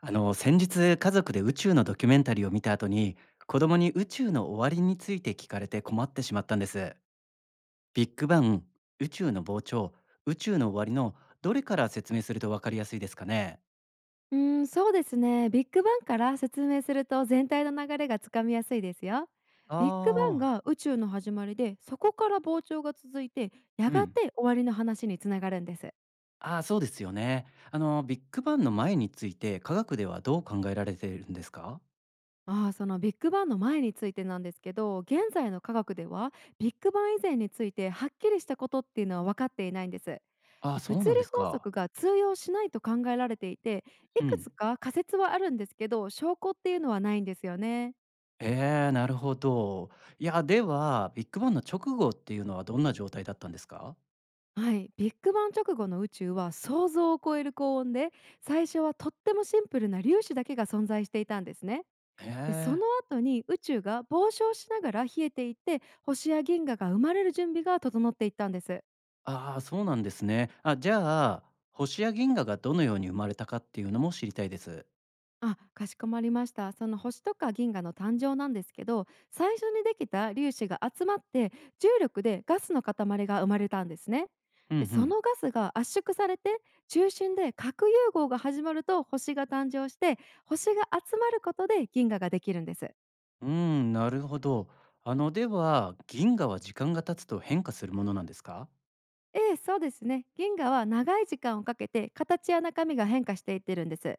先日家族で宇宙のドキュメンタリーを見た後に子供に宇宙の終わりについて聞かれて困ってしまったんです。ビッグバン、宇宙の膨張、宇宙の終わりの、どれから説明すると分かりやすいですかね。うーん、そうですね。ビッグバンから説明すると、全体の流れがつかみやすいですよ。ビッグバンああー。が宇宙の始まりで、そこから膨張が続いて、やうがん。て終わりの話につながるんです。ああー、そうですよね。ビッグバンの前について科学ではどう考えられているんですか。ああ、そのビッグバンの前についてなんですけど、現在の科学では、ビッグバン以前についてはっきりしたことっていうのは分かっていないんです。ああー、で、そう物なん理です法か。則が通用しないと考えられていて、いうくん。つか仮説はあるんですけど、証拠っていうのはないんですよね。なるほど。いや、ではビッグバンの直後っていうのはどんな状態だったんですか。はい、ビッグバン直後の宇宙は想像を超える高温で、最初はとってもシンプルな粒子だけが存在していたんですね。へで、そのえ。後に宇宙が膨張しながら冷えていって、星や銀河が生まれる準備が整っていったんです。ああ、そうなんですね。あ、じゃあ、星や銀河がどのように生まれたかっていうのも知りたいです。あ、かしこまりました。その星とか銀河の誕生なんですけど、最初にできた粒子が集まって、重力でガスの塊が生まれたんですね。うんうで、そん。のガスが圧縮されて、中心で核融合が始まると星が誕生して、星が集まることで銀河ができるんです。うーん、なるほど。では、銀河は時間が経つと変化するものなんですか。ええ、そうですね。銀河は長い時間をかけて、形や中身が変化していってるんです。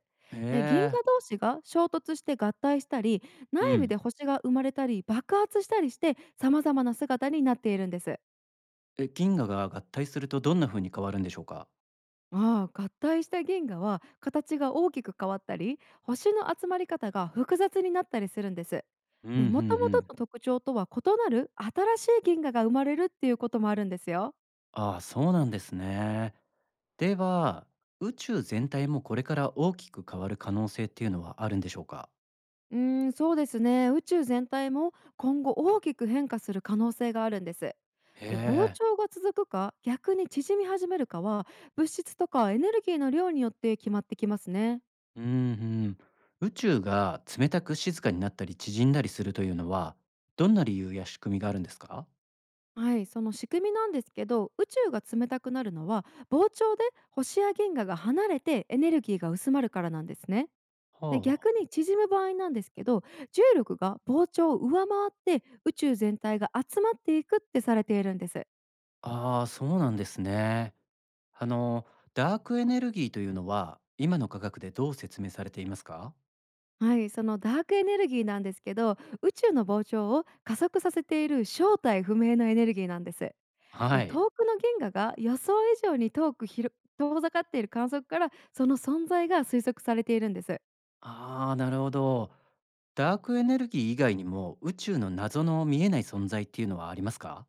で、銀え河え。同士が衝突して合体したり、内う部ん。で星が生まれたり爆発したりして、様々な姿になっているんです。え、銀河が合体するとどんな風に変わるんでしょうか。ああ、合体した銀河は形が大きく変わったり、星の集まり方が複雑になったりするんです。うんうんうもともとん。の特徴とは異なる新しい銀河が生まれるっていうこともあるんですよ。ああ、そうなんですね。では、宇宙全体もこれから大きく変わる可能性っていうのはあるんでしょうか。うーん、そうですね。宇宙全体も今後大きく変化する可能性があるんです。へで、膨え。張が続くか逆に縮み始めるかは、物質とかエネルギーの量によって決まってきますね。うんうん。宇宙が冷たく静かになったり縮んだりするというのはどんな理由や仕組みがあるんですか。はい、その仕組みなんですけど、宇宙が冷たくなるのは、膨張で星や銀河が離れて、エネルギーが薄まるからなんですね。で、は逆に縮む場合なんですけど、重力が膨張を上回って、宇宙全体が集まっていくってされているんです。あ、ああそうなんですね。あのダークエネルギーというのは今の科学でどう説明されていますか。はい、そのダークエネルギーなんですけど、宇宙の膨張を加速させている正体不明のエネルギーなんです。はい。遠くの銀河が予想以上に遠く遠ざかっている観測から、その存在が推測されているんです。ああ、なるほど。ダークエネルギー以外にも宇宙の謎の見えない存在っていうのはありますか。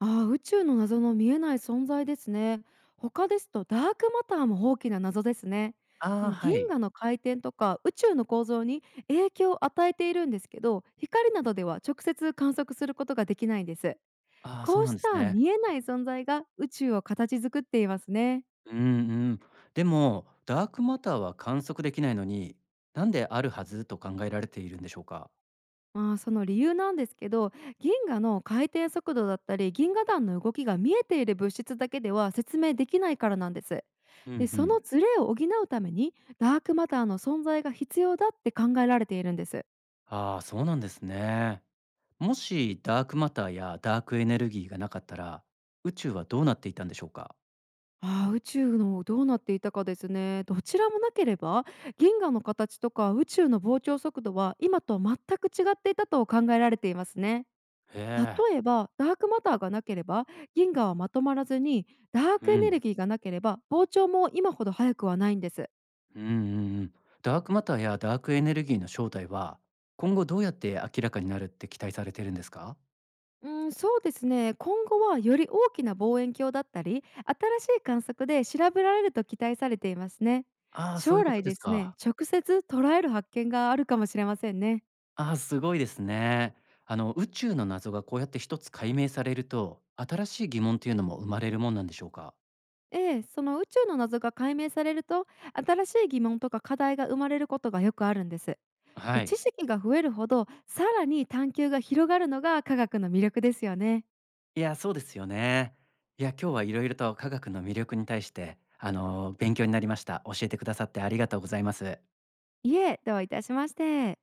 ああ、宇宙の謎の見えない存在ですね。他ですと、ダークマターも大きな謎ですね。ああー、もうは銀い。河の回転とか宇宙の構造に影響を与えているんですけど、光などでは直接観測することができないんです。ああ、そこううなんしですたね。見えない存在が宇宙を形作っていますね。うんうん。でも、ダークマターは観測できないのに、なんであるはずと考えられているんでしょうか？まあ、その理由なんですけど、銀河の回転速度だったり銀河団の動きが、見えている物質だけでは説明できないからなんです。うで、んうそん。のズレを補うためにダークマターの存在が必要だって考えられているんです。ああ、そうなんですね。もしダークマターやダークエネルギーがなかったら、宇宙はどうなっていたんでしょうか？ああ、宇宙のどうなっていたかですね。どちらもなければ、銀河の形とか宇宙の膨張速度は、今と全く違っていたと考えられていますね。へえ。例えば、ダークマターがなければ銀河はまとまらずに、ダーうクエネルん。ギーがなければ膨張も今ほど早くはないんです。うんうんうん。ダークマターやダークエネルギーの正体は、今後どうやって明らかになるって期待されてるんですか？うん、そうですね。今後はより大きな望遠鏡だったり、新しい観測で調べられると期待されていますね。ああー、そういう将こと来でですすね、か。直接捉える発見があるかもしれませんね。あー、すごいですね。宇宙の謎がこうやって一つ解明されると、新しい疑問っていうのも生まれるもんなんでしょうか。ええ、その宇宙の謎が解明されると、新しい疑問とか課題が生まれることがよくあるんです。で、は知い。識が増えるほどさらに探求が広がるのが科学の魅力ですよね。いや、そうですよね。いや、今日はいろいろと科学の魅力に対して、勉強になりました。教えてくださってありがとうございます。いえ、どういたしまして。